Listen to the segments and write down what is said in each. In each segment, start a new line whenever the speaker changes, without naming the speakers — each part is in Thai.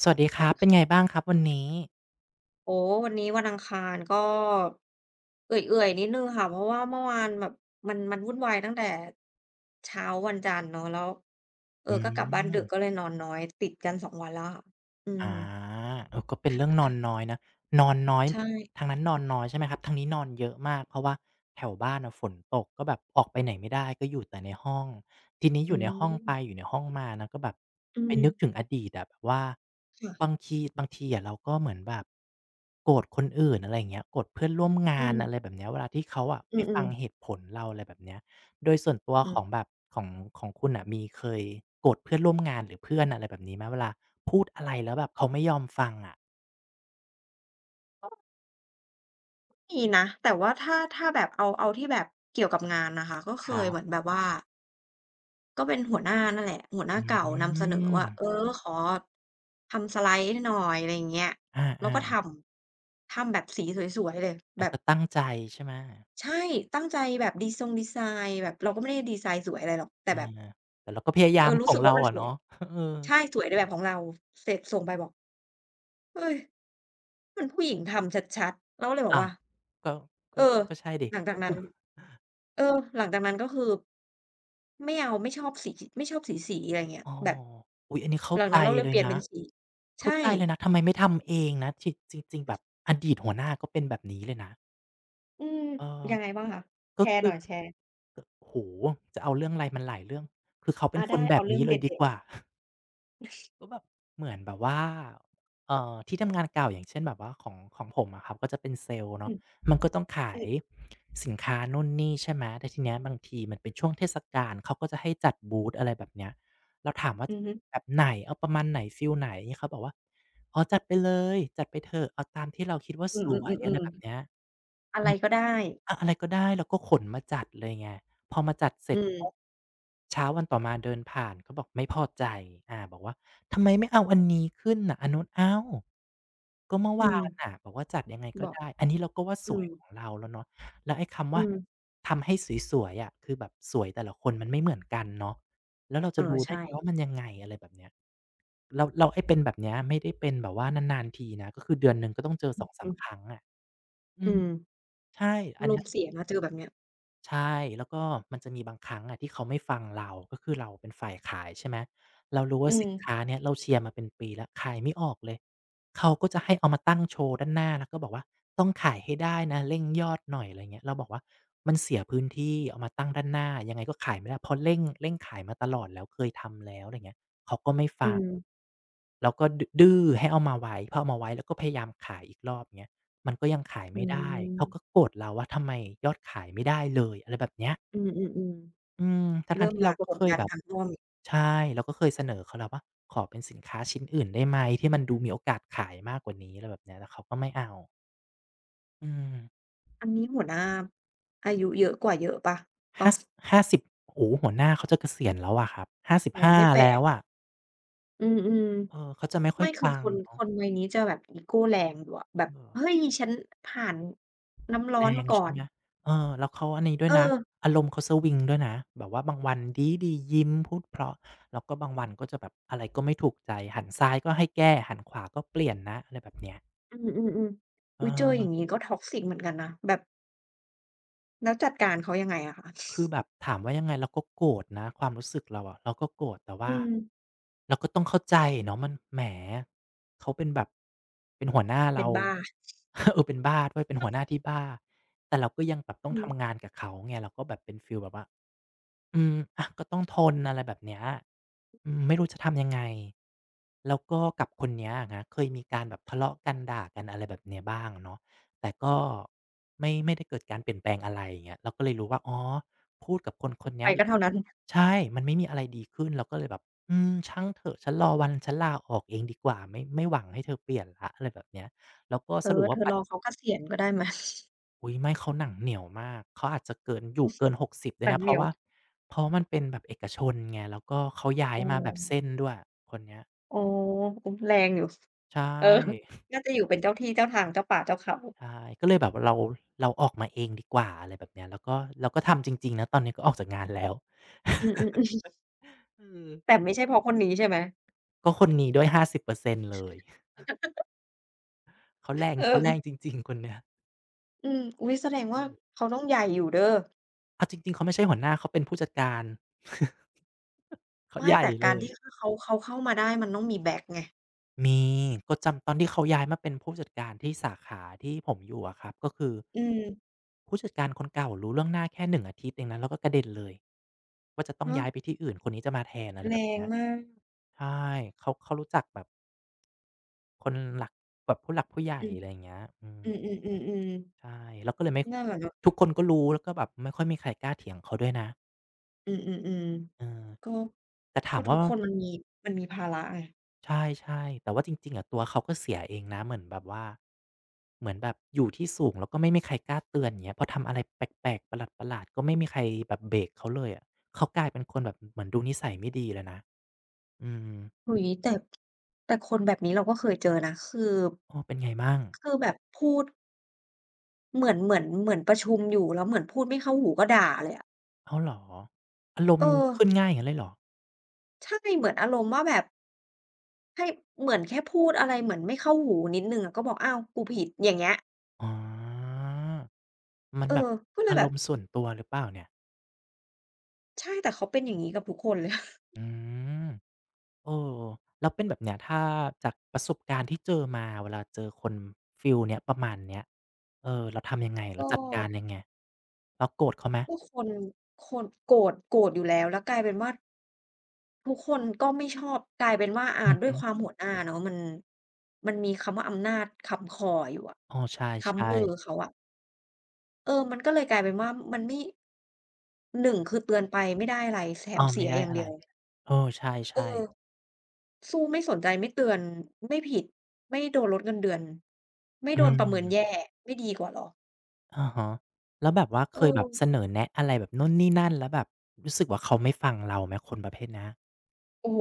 สวัสดีครับเป็นไงบ้างครับวันนี้
โอ้วันนี้วันอังคารก็เอื่อยๆนิดหนึ่งค่ะเพราะว่าเมื่อวานแบบมันวุ่นวายตั้งแต่เช้าวันจันทร์เนาะแล้วเอ
อื
อก็กลับบ้านดึ
ม
กก็เลยนอนน้อยติดกันสองวันแล้วค่ะอืม
อาก็เป็นเรื่องนอนน้อยนะนอนน้อย
ใช่
ทางนั้นนอนน้อยใช่ไหมครับทางนี้นอนเยอะมากเพราะว่าแถวบ้านน่ะฝนตกก็แบบออกไปไหนไม่ได้ก็อยู่แต่ในห้องทีนี้อ
อื
ยู่ในห้องไป
ม
อยู่ในห้องมานะก็แบบ
อื
ไป
ม
นึกถึงอดีตอะแบบว่าบาง
ค่ะ
ทีบางทีอะเราก็เหมือนแบบโกรธคนอื่นอะไรอย่างเงี้ยโกรธเพื่อนร่วม
อื
งา
ม
นอะไรแบบเนี้ยเวลาที่เขาอะ
อื
ไม่ฟั
ม
งเห
ๆ
ตุผลเราอะไรแบบเนี้ย โดยส่วนตัว
อื
ข
ม
องแบบของคุณน่ะมีเคยโกรธเพื่อนร่วมงานหรือเพื่อนอะไรแบบนี้ไหมเวลาพูดอะไรแล้วแบบเขาไม่ยอมฟังอะ
มีนะแต่ว่าถ้าแบบเอาที่แบบเกี่ยวกับงานนะคะก็เค
ค
ย
รั
เหมือน
บ
แบบว่า ก็เป็นหัวหน้านั่นแหละหัวหน้า
อืม
เก่านำเสนอว่าเออขอทำสไลด์ให้หน่อยอะไรอย่างเงี้ย
อ
เราก็ท
า
ำทำแบบสีสวยๆเลย
ๆ
แบ
อา
บ
ก็ตั้งใจใช่ไหม
ใช่ตั้งใจแบบดีทรงดีไซน์แบบเราก็ไม่ได้ดีไซน์สวยอะไรหรอกแต่
อ่า
แบบ
แต่เราก็พยา
เอ
ยาม
อ
ข
รู้
อง
สึก
เรา
ว่ามันส
อ่ะ
วย
เนาะ เออ
ใช่สวยในแบบของเราเสร็จส่งไปบอกเฮ้ยมันผู้หญิงทำชัดๆเราก็เลยบอก
อ้าว
ว่า
ก็ก็
เออ
ก็ใช่ดิ
หลังจากนั้น เออหลังจากนั้นก็คือไม่เอาไม่ชอบสีไม่ชอบสีๆอะไรเงี้ย
อ๋อ
แบบ
อุ๊ยอันนี้เข้า
หลัง
ใจ
นั้นเราเลย
เล
เป
ย
ลี่ยนเป็
นะ
นสี
เข้า
ใช่
ใจเลยนะทำไมไม่ทำเองนะจริงจริงๆแบบอดีตหัวหน้าก็เป็นแบบนี้เลยนะ
อืม
เออ
ยังไงบ้างคะแช
ก็
ร์ห
คื
น่
อ
อยแชร์
โอ้โฮจะเอาเรื่องอะไรมันหลายเรื่องคือเขาเป็
อา
นคน
ได้
แบ
เอา
บ
เรื่อง
นี้
เด
เลยดี
็
ก
ด
ว่า
ๆ
ก็แบบเหมือนแบบว่าที่ทำงานเก่าอย่างเช่นแบบว่าของผมอะครับก็จะเป็นเซลล์
อื
เนาะ
ม
มันก็ต้องขา
อือ
ยสินค้านู่นนี่ใช่ไหมแต่ทีเนี้ยบางทีมันเป็นช่วงเทศกาลเขาก็จะให้จัดบูธอะไรแบบเนี้ยเราถามว่า
อือฮึ
แบบไหน เอาประมาณไหนฟิลไหนเขาบอกว่าอ๋อจัดไปเลยจัดไปเถอะเอาตามที่เราคิดว่า
อื
สวยอะไร
ม
แบบเนี้
ๆ
ย
ๆๆอะไรก็ได้
อะอะไรก็ได้เราก็ขนมาจัดเลยไงพอมาจัดเส
อื
ร็จปุ๊บ
ม
เช้าวันต่อมาเดินผ่านก็บอกไม่พอใจอ่าบอกว่าทำไมไม่เอาอันนี้ขึ้นน่ะอันนู้นอ้าวก็เมื่อ
อื
วา
ม
นน่ะบอกว่าจัดยังไง
บ
ก็
อก
ได้อันนี้เราก็ว่าส
อื
วย
ม
ของเราแล้วเนาะแล้วไอ้คำว่า
อืม
ทำให้สวยๆอะคือแบบสวยแต่ละคนมันไม่เหมือนกันเนาะแล้วเรา
เอ
จะ
อ
รู้ได้
ใช่
ไงว่ามันยังไงอะไรแบบเนี้ยแล้วไอ้เป็นแบบเนี้ยไม่ได้เป็นแบบว่านานๆทีนะก็คือเดือนหนึ่งก็ต้องเจอสองสาม
อื
ค
ม
รั้งอะอื
อื
ม
ม
ใช่อัน
รู
เนี้
ป
ย
เสียนะเจอแบบเนี้ย
ใช่แล้วก็มันจะมีบางครั้งอะที่เขาไม่ฟังเราก็คือเราเป็นฝ่ายขายใช่ไหมเรารู้
อื
ว่าสินค้า
ม
เนี้ยเราเชียร์มาเป็นปีแล้วขายไม่ออกเลยเขาก็จะให้เอามาตั้งโชว์ด้านหน้าแล้วก็บอกว่าต้องขายให้ได้นะเร่งยอดหน่อยอะไรเงี้ยเราบอกว่ามันเสียพื้นที่เอามาตั้งด้านหน้ายังไงก็ขายไม่ได้เพราะเร่งขายมาตลอดแล้วเคยทำแล้วอะไรเงี้ยเขาก็ไม่
อื
ฟัง
ม
แล้วก็ดดื้อให้เอามาไว้พอเอามาไว้แล้วก็พยายามขายอีกรอบเงี้ย มันก็ยังขาย
อื
ไม่ได้
ม
เขาก็โกรธเราว่าทำไมยอดขายไม่ได้เลยอะไรแบบเนี้ย
อือๆ
อืม
ๆ
ทั้
เริ่
งๆ
ม
ที่
มา
เราก็
กด
เคย
ดัน
แบบ
ทางอ้อม
ใช่เราก็เคยเสนอเขาแล้วว่าขอเป็นสินค้าชิ้นอื่นได้ไหมที่มันดูมีโอกาสขายมากกว่านี้อะไรแบบเนี้ยแต่เขาก็ไม่เอาอืม
อันนี้หัวหน้าอายุเยอะกว่าเยอะเปล่าตอ
ห้า
น
สห้าสิบโอ้โฮหัวหน้าเขาจะเกษียณแล้วอะครับ
อ๋อ
55
ไม่แปล
แล้
ก
วอะ
อืม
เออเขาจะไม่
ๆ
ค่อ
ไม่
ย
คือ
ฟั
ค
ง
นค
เนาะ
นวัยนี้จะแบบอีโกแรงอยู่อะแบ
เอ
บ
อ
เฮ้ยฉันผ่านน้ำร้อ
แร
นมา
ง
ก่อ
ใช่
น
ไหมเออแล้วเขาอันนี้ด้ว
เอ
ยนะ
อ
อารมณ์เขาสวิงด้วยนะแบบว่าบางวันดีดียิ้มพูดเพราะ แล้วก็บางวันก็จะแบบอะไรก็ไม่ถูกใจ หันซ้ายก็ให้แก้หันขวาก็เปลี่ยนนะอะไรแบบเนี้ย
อืมๆ
เ
ๆอุ๊ยเจออย่าง
ออ
งี้ก็ toxic เหมือนกันนะแบบแล้วจัดการเขายังไงอะคะ
คือแบบถามว่ายังไงเราก็โกรธนะ ความรู้สึกเราอะเราก็โกรธแต่
อื
ว่า
ม
เราก็ต้องเข้าใจเนาะมันแหม เขาเป็นแบบเป็นหัวหน้า
เป็
เรา
นบ้า
เออเป็นบ้าด้วยเป็นหัวหน้าที่บ้าแต่เราก็ยังแบบต้อ
อื
ง
ม
ทำงานกับเขาไงเราก็แบบเป็นฟีลแบบว่า อืมอะก็ต้องทนอะไรแบบเนี้ยอืมไม่รู้จะทำยังไงแล้วก็กับคนเนี้ยอะครับเคยมีการแบบทะเลาะกันด่ากันอะไรแบบเนี้ยบ้างอะเนาะแต่ก็ไม่ได้เกิดการเปลี่ยนแปลงอะไรอย่างเงี้ยเราก็เลยรู้ว่าอ๋อพูดกับคน
พู
คน
ดไป
เนี้ย
ก็เท่านั้น
ใช่มันไม่มีอะไรดีขึ้นเราก็เลยแบบอืมช่างเถอะฉันรอวันฉันลาออกเองดีกว่าไม่หวังให้เธอเปลี่ยนแล้วอะไรแบบเนี้ยแล้วก็
เธ
ส
อ
รุป
เธ
ว่า
อร
ปัจ
อเขาเกษียณก็ได้ไหม
อุ๊ยไม่เขาหนังเหนียวมากเขาอาจจะเกินอยู่เกิน60ด้ว
ห
ย
นัง
นะเพ
เหนี
ราะ
ยว
ว่าเพราะมันเป็นแบบเอกชนไงแล้วก็เขาย้า
เอ
ยมาแบบเส้น
อ
ด้วยคนเนี้ย
อ๋ออุ๊ยแรงอยู่
ใช
เออ
่
น่าจะอยู่เป็นเจ้าที่เจ้าทางเจ้าป่าเจ้าเขา
ใช่ก็เลยแบบว่าเราออกมาเองดีกว่าอะไรแบบเนี้ยแล้วก็เราก็ทำจริงๆนะตอนนี้ก็ออกจากงานแล้ว
อืมๆ
อื
แต่
ม
ไม่ใช่เพราะคนนี้ใช่ไหม
ก็คนนี้ด้วย50%เปอร์เซ็นต์เลยเขาแรง
เอ
เขา
อ
แรงจริงๆคนเนี้ย
อืมอุ๊ยแสดง
อื
ว่า
ม
เขาต้องใหญ่อยู่เด้อ
เอาจริงๆเขาไม่ใช่หัวหน้าเขาเป็นผู้จัดการ เขา
ไม่
ใหญ่
แต่
เล
การ
ย
ที่คเขาเข้ามาได้มันต้องมีแบ็กไง
มีก็จำตอนที่เขาย้ายมาเป็นผู้จัดการที่สาขาที่ผมอยู่อะครับก็คือ
อืม
ผู้จัดการคนเก่ารู้ล่วงหน้าแค่1 อาทิตย์เองนะแล้วก็กระเด็นเลยว่าจะต้อง
ฮะ
ย้ายไปที่อื่นคนนี้จะมาแทนอะไร
แร
แบบ
ง
เนี้ย
มาก
ใช่เขารู้จักแบบคนหลักแบบผู้หลักผู้ใหญ่
อืม
อะไรอย่างเงี้ยอืม
อือๆๆๆ
ใช่แล้วก็เลยไม่
นั่นแหละเนาะ
ทุกคนก็รู้แล้วก็แบบไม่ค่อยมีใครกล้าเถียงเขาด้วยนะ
อืม
เอ
ๆ
อ
ๆก็
แต่ถา
ก็
ม
ทุ
ว่า
กคนมันมีมีภาระไง
ใช่ๆแต่ว่าจริงๆอะตัวเขาก็เสียเองนะเหมือนแบบว่าเหมือนแบบอยู่ที่สูงแล้วก็ไม่มีใครกล้าเตือนอย่างเงี้ยพอทำอะไรแปลกๆประหลาดๆก็ไม่มีใครแบบเบรกเขาเลยอะเขากลายเป็นคนแบบเหมือนดูนิสัยไม่ดีเลยนะอืม
อุ๊ยแต่แต่คนแบบนี้เราก็เคยเจอนะ คือ
อ้อเป็นไงบ้าง
คือแบบพูดเหมือนเหมือนประชุมอยู่แล้วเหมือนพูดไม่เข้าหูก็ด่าเลยอะ
อ้าวเหรออารม
เออ
ณ์ขึ้นง่ายอย่างงั้นเลยเหรอ
ใช่เหมือนอารมณ์ว่าแบบ ให้เหมือนแค่พูดอะไรเหมือนไม่เข้าหูนิดหนึ่งอะก็บอกอ้าวกูผิดอย่างเงี้ย
อ๋อมัน
เอ
แบบ
อก็เลย
อา
แบ
ร
บ
มณ์ส่วนตัวหรือเปล่าเนี่ย
ใช่แต่เขาเป็นอย่างงี้กับทุกคนเลย
อืม เออแล้วเป็นแบบเนี้ยถ้าจากประสบการณ์ที่เจอมาเวลาเจอคนฟีลเนี้ยประมาณเนี้ย เออเราทำยังไง
ก็
เราจัดการยังไงเราโกรธเขาไหม
ก็คนคนโกรธอยู่แล้วแล้วกลายเป็นว่าทุกคนก็ไม่ชอบกลายเป็นว่าอ่า
อือ
ด้วย
ฮึ
ความหัวหน้าเนาะมันมีคำว่าอำนาจค้ำคออยู่อะ
อ้อใช
ค้ำ
่
มือ
ๆ
เขาอะเออมันก็เลยกลายเป็นว่ามันไม่หนึ่งคือเตือนไปไม่ได้อะไรแถ
อ้
ม
อ
เสี
ไม่
ย
ได้
อย่าง
อะ
เดี
ไร
ยว
เออ
เออ
ใช่ๆ
สู้ไม่สนใจไม่เตือนไม่ผิดไม่โดนลดเงินเดือนไม่
อื
โดนประเมินแย่
ม
ไม่ดีกว่าเหรอ
อะฮะแล้วแบบว่า
เอ
เคยแบบเสน
อ
อแนะอะไรแบบนู่นนี่นั่นแล้วแบบรู้สึกว่าเขาไม่ฟังเราไหมคนประเภทเนี้ย
โอ้โฮ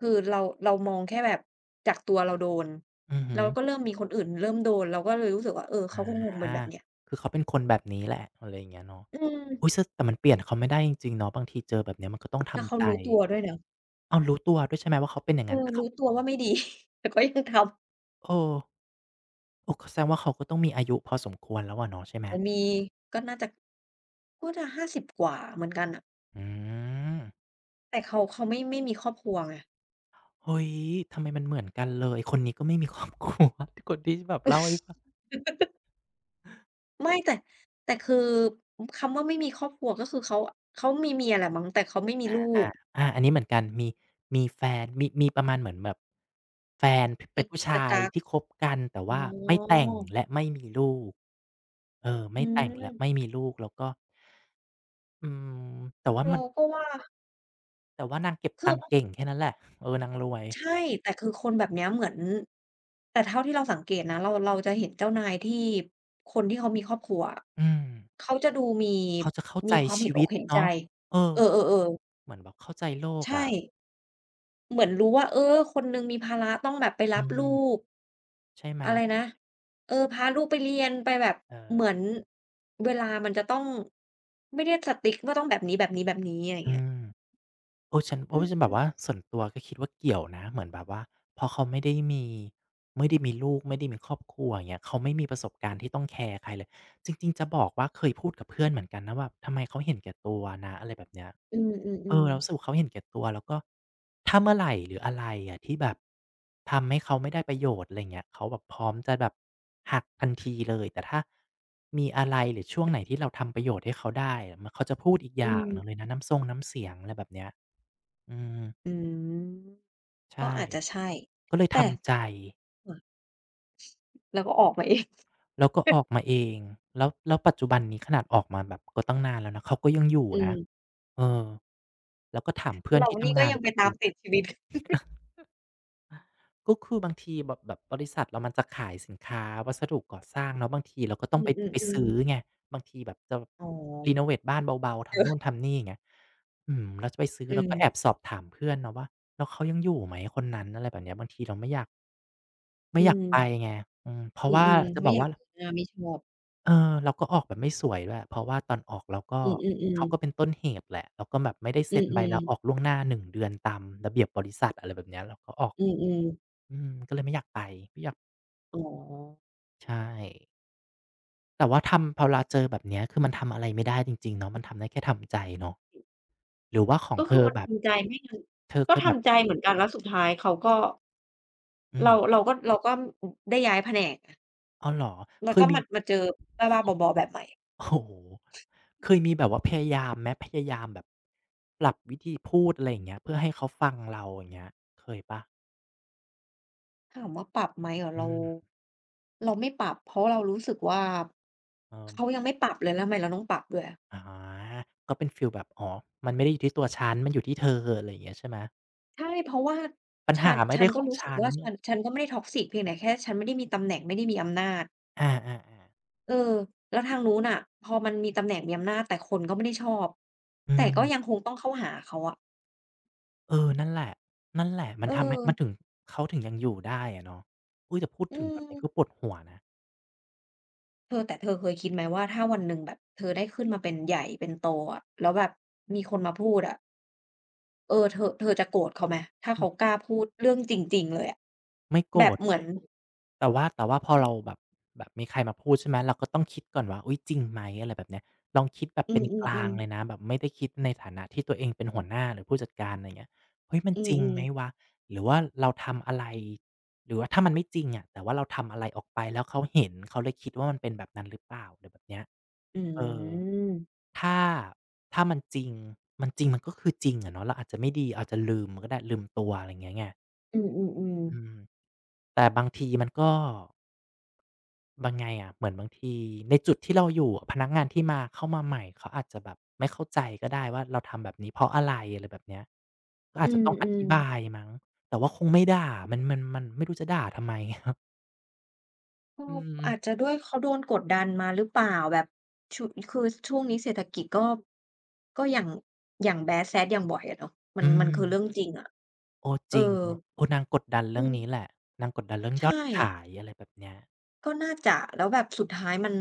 คือเราเรามองแค่แบบจากตัวเราโดน
อือฮึ
เราก็เริ่มมีคนอื่นเริ่มโดนเราก็เลยรู้สึกว่าเออเขาคงค
อา
งเป็นแบบเนี้ย
คือเขาเป็นคนแบบนี้แหละอะไรอย่างเงี้ยเนาะ
อืม
อุ๊ยซึ่งแต่มันเปลี่ยนเขาไม่ได้จริงๆเนาะบางทีเจอแบบเนี้ยมันก็ต้อง
แล้วเขา
ทำใจ
รู้ตัวด้วยนะ
อ้าวรู้ตัวด้วยใช่ไหมว่าเขาเป็นอย่าง
เอ
นั้น
อ
แต่เขา
รู้ตัวว่าไม่ดี แต่ก็ยังท
เออโอ้กแสดงว่าเขาก็ต้องมีอายุพอสมควรแล้วอะเนาะใช่ไห
ำ
ม
โอ้มีก็น่าจะก็จะ50กว่าเหมือนกันน่ะ
อืม
แต่เขาไม่มีครอบครัวไง
เฮ้ยทำไมมันเหมือนกันเลยคนนี้ก็ไม่มีครอบครัวคนที่แบบเล่าให้ฟัง
ไม่แต่แต่คือคำว่าไม่มีครอบครัวก็คือเขามีเมียแหละมั้งแต่เขาไม่มีลู
อา
ก
อาอันนี้เหมือนกันมีมีแฟนมีประมาณเหมือนแบบแฟนพเป็
กิ๊
น
ก
ผู้
กั๊ก
ชาย
กั๊ก
ที่คบกันแต่
อ๋
ว่าไม่แต่
อ
งและไม่มีลูกเออ
อื
ไม่แต่งและไม่
ม
มีลูกแล้วก็อืมแต่ว่ามั
เรา
น
ก็ว่า
แต่ว่านางเก็บ
คือ
ตังค์เก่งแค่นั้นแหละเออนางรวย
ใช่แต่คือคนแบบเนี้ยเหมือนแต่เท่าที่เราสังเกตนะเราจะเห็นเจ้านายที่คนที่เขามีครอบครัวอะ
อืม
เขาจะดูมี
เขาจะเข้าใจ
มีความเห็
ชี
นอ
วิ
ก
ต
เห็นใจ
เนาะเออ
เออๆๆ
เหมือนแบบเข้าใจโลก
ใช่
อะ
เหมือนรู้ว่าเออคนหนึ่งมีภาระต้องแบบไป
อื
รับ
ม
ลูก
ใช่ไหม
อะไรนะ เออพาลูกไปเรียนไปแบบ
เออ
เหมือนเวลามันจะต้องไม่ได้สติ i c ว่าต้องแบบนี้อะไรอย่าง
อื
เงี้ย
ม โอ้ฉัน
อื
โอ้ฉันแบบ
ม
ว่าส่วนตัวก็คิดว่าเกี่ยวนะเหมือนแบบว่าพอเขาไม่ได้มีไม่ได้มีลูกไม่ได้มีครอบครัวอย่างเงี้ยเขาไม่มีประสบการณ์ที่ต้องแคร์ใครเลยจริงๆจะบอกว่าเคยพูดกับเพื่อนเหมือนกันนะว่าทำไมเขาเห็นแก่ตัวนะอะไรแบบเนี้ย
อื
เอ
ม
อเรา
ๆ
รู้สึก
ๆ
ว่าเขาเห็นแก่ตัวแล้วก็ถ้าเมื่อไหร่หรืออะไรอะที่แบบทำให้เขาไม่ได้ประโยชน์อะไรเงี้ยเขาแบบพร้อมจะแบบหักทันทีเลยแต่ถ้ามีอะไรหรือช่วงไหนที่เราทำประโยชน์ให้เขาได้อะมเขาจะพูดอีกอ
อื
ย่างหนึ่งเล
ม
ยนะน้ำทรงน้ำเสียงอะไรแบบเนี้ย อืม
อืมก็
ใช่
อาจจะใช่
ก็เลย
แต่
ทำใจ
ค่ะเราก็ออกมาเอง
แล้วก็ออกมาเองแล้วแล้วปัจจุบันนี้ขนาดออกมาแบบก็ตั้งนานแล้วนะเขาก็ยังอยู่
อื
นะ
ม
เออแล้วก็ถามเพื่อน
เรา
ที่
นี่
ทำ
ก็
งาน
ยังไป
ก็
ตา
คื
ม
อ
ติดชีวิต
ก็คือบางทีแบบแบบบริษัทเรามันจะขายสินค้าวัสดุก่อสร้างเนาะบางทีเราก็ต้
อื
องไป
ม
ซื้
ๆ
อ
ๆ
ไงบางทีแบบจะ
อ๋อ
รีโนเวทบ้านเบาๆ
เอ
ทำนู่น
อ
ทำนี่อย่างเงี้ยอืมเราจะไปซื้อ
อื
เราก็แอ
ม
บสอบถามเพื่อนเนาะว่าแล้วเขายังอยู่ไหมคนนั้นอะไรแบบเนี้ยบางทีเราไม่อยากไม่
อื
อยาก
ม
ไปไงอืมเพ
อื
ราะว่า
มๆ
จะบ
ไม่
อ
อ
ก
ยาก
ว่า
งานไม่ชอบ
เออเราก็ออกแบบไม่สวยด้วยเพราะว่าตอนออกเราก็
อือ
เขา
ๆ
ก็เป็น
ๆ
ต้นเหตุแหละเราก็แบบไม่ได้
อื
เซ็นใบ
อ
ลาออก
ๆ
ล่วงหน้า1เดือนตามระเบียบบริษัทอะไรแบบเนี้ยเราก็ออก
อือๆ
อืมก็เลยไม่อยากไปไม่อยาก
อ๋อ
ใช่แต่ว่าทำพอเราเจอแบบเนี้ยคือมันทำอะไรไม่ได้จริงๆเนาะมันทำได้แค่ทำใจเนาะหรือว่าของ
ก็
เธ
คือ
อ
มัน
แบบ
ทำใจไม่งั้น
เธอ
ก็
เคยแบบ
ทำใจเหมือนกันแล้วสุดท้ายเขาก็
อื
เรา
ม
เราก็อได้ย้ายแผนก
อ้าวเหรอ
แล้
เค
วก็
ยมี
มาเจอบ้าๆบ อๆแบบใหม่
โอ้โฮเคยมีแบบว่าพยายามไหมพยายามแบบปรับวิธีพูดอะไรอย่างเงี้ยเพื่อให้เขาฟังเราอย่างเงี้ยเคยเปล่า
ถามว่าปรับไหมเหรอ
อื
เรา
ม
เราไม่ปรับเพราะเรารู้สึกว่า
เออ
เขายังไม่ปรับเลยแล้วทำไมเราต้องปรับด้วยอะ
อ๋อก็เป็นฟีลแบบ อ๋อ มันไม่ได้อยู่ที่ตัวฉัน มันอยู่ที่เธออะไรอย่างเงี้ยใช่ไหม
ใช่เพราะว่า
ปัญ
ฉั
หา
น
ไม่
ฉัน
ได้
ก็
ของ
รู้สึก
ฉัน
ว่าฉันก็ไม่ได้ toxic เพียงแต่แค่ฉันไม่ได้มีตำแหน่งไม่ได้มีอำนาจ
อาๆๆ
เออแล้วทางนู้นน่ะพอมันมีตำแหน่งมีอำนาจแต่คนก็ไม่ได้ชอบ
อื
แต่ก็ยัง
ม
คงต้องเข้าหาเขาอะ
เออ นั่นแหละ นั่นแหละ มั
เออ
นทำให้มันถึงเขาถึงยังอยู่ได้อะเนาะอุ๊ยแต่พูด
อื
ถึงแบบนี้
ม
ก็ปวดหัวนะ
เธอแต่เธอเคยคิดไหมว่าถ้าวันหนึ่งแบบเธอได้ขึ้นมาเป็นใหญ่เป็นโตอะแล้วแบบมีคนมาพูดอะเออเธอจะโกรธเขาไหมถ้าเขากล้าพูดเรื่องจริงๆเลยอะ
ไม่โก
แบ
ร
บ
ธ
เหมือน
แต่ว่าพอเราแบบแบบมีใครมาพูดใช่ไหมเราก็ต้องคิดก่อนว่าอุ๊ยจริงไหมอะไรแบบเนี้ยลองคิดแบบ
อื
เป็นกลาง
มๆ
เล
ๆ
ยนะแบบไม่ได้คิดในฐานะที่ตัวเองเป็นหัวหน้าหรือผู้จัดการอะไรเงี้ยเฮ้ยมัน
อื
จริง
ม
ไหมวะ
ๆ
หรือว่าเราทำอะไรหรือว่าถ้ามันไม่จริงอะแต่ว่าเราทำอะไรออกไปแล้วเขาเห็นเขาเลยคิดว่ามันเป็นแบบนั้นหรือเปล่าอะไรแบบเนี้ย
อื
เออ
ม
ถ้าถ้ามันจริงมันจริงมันก็คือจริงอะเนาะเราอาจจะไม่ดีอาจจะลืมก็ได้ลืมตัวอะไรอย่างเงี้ยไง
อืมๆ
อืม
ๆ
แต่บางทีมันก็ บางไงอ่ะเหมือนบางทีในจุดที่เราอยู่อะพนักงานที่มาเข้ามาใหม่เขาอาจจะแบบไม่เข้าใจก็ได้ว่าเราทำแบบนี้เพราะอะไรอะไรแบบเนี้ยก็
อื
อาจจะต้องอธิ
ม
บาย
ๆ
มั้งแต่ว่าคงไม่ด่ามันไม่รู้จะด่าทำไมครับ
ก็
อื
อาจจะ
ม
ด้วยเขาโดนกดดันมาหรือเปล่าแบบชุคือช่วงนี้เศรษฐกิจก็ก็อย่างอย่างแบดแซดอย่างบ่อยอะเนาะมั
อื
นมันคือเรื่อง
ม
จริงอะ
โอ้
เอ
จริง
อ
โอ้นางกดดัน
อื
เรื่อง
ม
นี้แหละนางกดดันเรื่องย
ใช่
อดขายอะไรแบบเนี้ย
ก็น่าจะแล้วแบบสุดท้ายมัน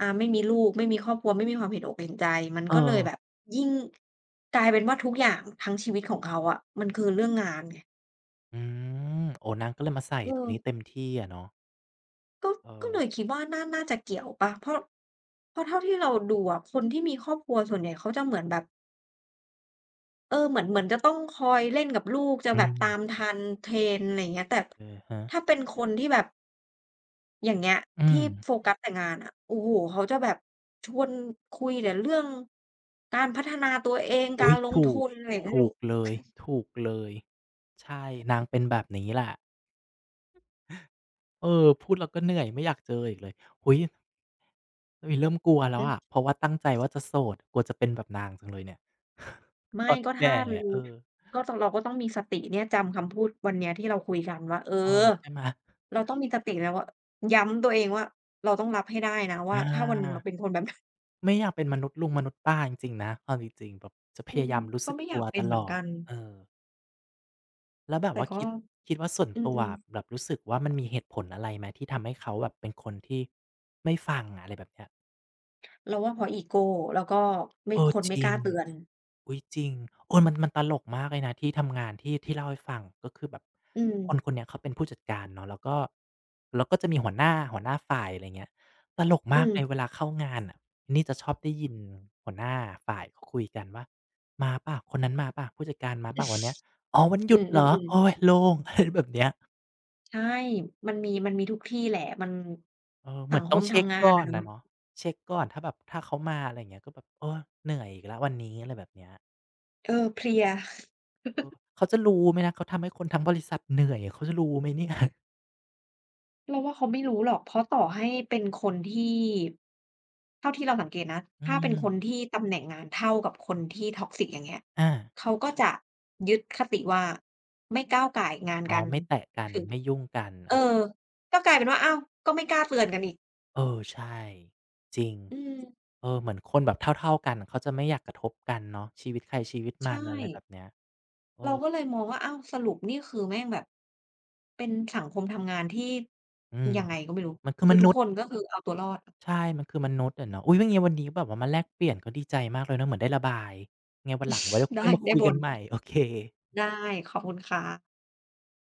อ่าไม่มีลูกไม่มีครอบครัวไม่มีความเห็นอกเห็นใจมัน
เอ
ก็เลยแบบ
อ
ยิ่งกลายเป็นว่าทุกอย่างทั้งชีวิตของเขาอะมันคือเรื่องงานไง
อืมโอ้นางก็เลยมาใส่
เอ
ตรงนี้
อ
เต็มที่อะเนาะ
ก็
เอ
ก็
อ
เลยคิดว่าน่าจะเกี่ยวเปล่าเพราะเพราะเท่าที่เราดูอะคนที่มีครอบครัวส่วนใหญ่เขาจะเหมือนแบบเออเหมือนจะต้องคอยเล่นกับลูกจะ
อื
แบบตาม
ม
ทัน trend อะไรอย่างเงี้ยแต่
อะฮะ
ถ้าเป็นคนที่แบบ อย่างเงี้ย
อื
ที่
ม
โฟกัสแต่งานอะโอ้โฮเขาจะแบบชวนคุยแต่เรื่องการพัฒนาตัวเองกา
อุ๊
ร
ย
ลง
ถู
ทุ
ก
นอะไร่ไม่
ถู
รู้
กเลยถูกเลยใช่นางเป็นแบบนี้แหละเออพูดแล้วก็เหนื่อยไม่อยากเจออีกเลยโอุ๊ยอุ๊ยเริ่มกลัวแล้ว
หือ
อะเพราะว่าตั้งใจว่าจะโสดกลัวจะเป็นแบบนางจังเลยเนี่ย
ไม่
ตอน
ก็ถ้า
แก่อะ
รู้
เออ
ก็ต้องเราก็ต้องมีสติเนี่ยจำคำพูดวันเนี้ยที่เราคุยกันว่าเออ
เออใช่ไหม
เราต้องมีสติแล้วว่าย้ำตัวเองว่าเราต้องรับให้ได้นะ
อ
ว่าถ้าวันหนึ่งเรา
า
เป็นคนแบบนั้น
ไม่อยากเป็นมนุษย์ลุงมนุษย์ป้าจริงๆนะเอาจริงๆแบบจะพ
อื
ยา
ม
ยามรู้
ก็
สึก
ไม่อยา
ตัว
กเป็
ต
นเหมื
ล
อน
อ
กั
ด
น
เออแล้วแบบ
แต่
ว่า
ก็
คิดคิดว่าส่วน
อื
ตัว
ม
อะแบบรู้สึกว่ามันมีเหตุผลอะไรไหมที่ทำให้เขาแบบเป็นคนที่ไม่ฟังอะไรแบบเนี้ย
ๆเราว่าเพราะอีโกแล้วก็ไม่
เอ
ค
อ
น
จ
ไม่ก
ริ
ล้า
ง
เตือน
อุ๊ยจริงโออมันตลกมากเลยนะที่ทำงานที่เล่าให้ฟังก็คือแบบ
อืม
คนเนี้ยเขาเป็นผู้จัดการเนาะแล้วก็แล้วก็จะมีหัวหน้าหัวหน้าฝ่ายอะไรเงี้ยตลก
อื
มาก
ม
เลยเวลาเข้างานน่ะนี่จะชอบได้ยินหัวหน้าฝ่ายเขาคุยกันว่ามาเปล่าคนนั้นมาเปล่าผู้จัดการมาเปล่าวันเนี้ยอ๋อวัน ห
อื
ยุด
อ
เหรอโอ๊ย
ๆๆ
โล่ง อะไรแบบเนี้ย
ใช่มันมีมีทุกที่แหละมัน
เออเห
สั
มือ
ง
น
ค
ต้อ
ม
งเช็ก
ทำงาน
ก่อ
อะ
น
เนาะ
อะเนาะเช็กก่อนถ้าแบบถ้าเขามาอะไรอย่างเงี้ยก็แบบโอ๊ยเหนื่อยอีกแล้ววันนี้อะไรแบบเนี้ย
เออเพลีย
เออเขาจะรู้ไหมนะเขาทำให้คนทั้งบริษัทเหนื่อยเขาจะรู้ไหมเนี่ย
เราว่าเขาไม่รู้หรอกเพราะต่อให้เป็นคนที่เท่าที่เราสังเกตนะ
อื
ถ้าเป็นคน
ม
ที่ตำแหน่งงานเท่ากับคนที่ toxic อย่างเงี้ย
อา
เขาก็จะยึดคติว่าไม่ก้าวก่ายงาน
อ๋อ
กัน
ไม่แตะกัน
ถึง
ไม่ยุ่งกัน
เอ
อา
อก็กลายเป็นว่าอ้าวก็ไม่กล้าเตือนกันอีก
เออใช่จริง
อืม
เออเหมือนคนแบบเท่าๆกันเขาจะไม่อยากกระทบกันเนาะชีวิตใครชีวิตมัน
ใช่
อะไรแบบเนี้ยเออ
เราก็เลยมองว่าอ้าวสรุปนี่คือแม่งแบบเป็นสังคมทำงานที่
อืม
ยังไงก็ไม่รู้
มันคือ
คื
ม
อทุ
นุ
ก
ษ
ค
ย์
นก็คือเอาตัวรอด
ใช่มันคือมนุษย์อะเนาะอุ๊ยเป็นไงวันนี้แบบว่ามาแลกเปลี่ยนก็ดีใจมากเลยเนาะเหมือนได้ระบายไงวันหลังไว้ ค่อ
ได้
ยมา
ได้
คุย
บ
กั
น
นใหม่โอเค
ได้ขอบคุณค่ะ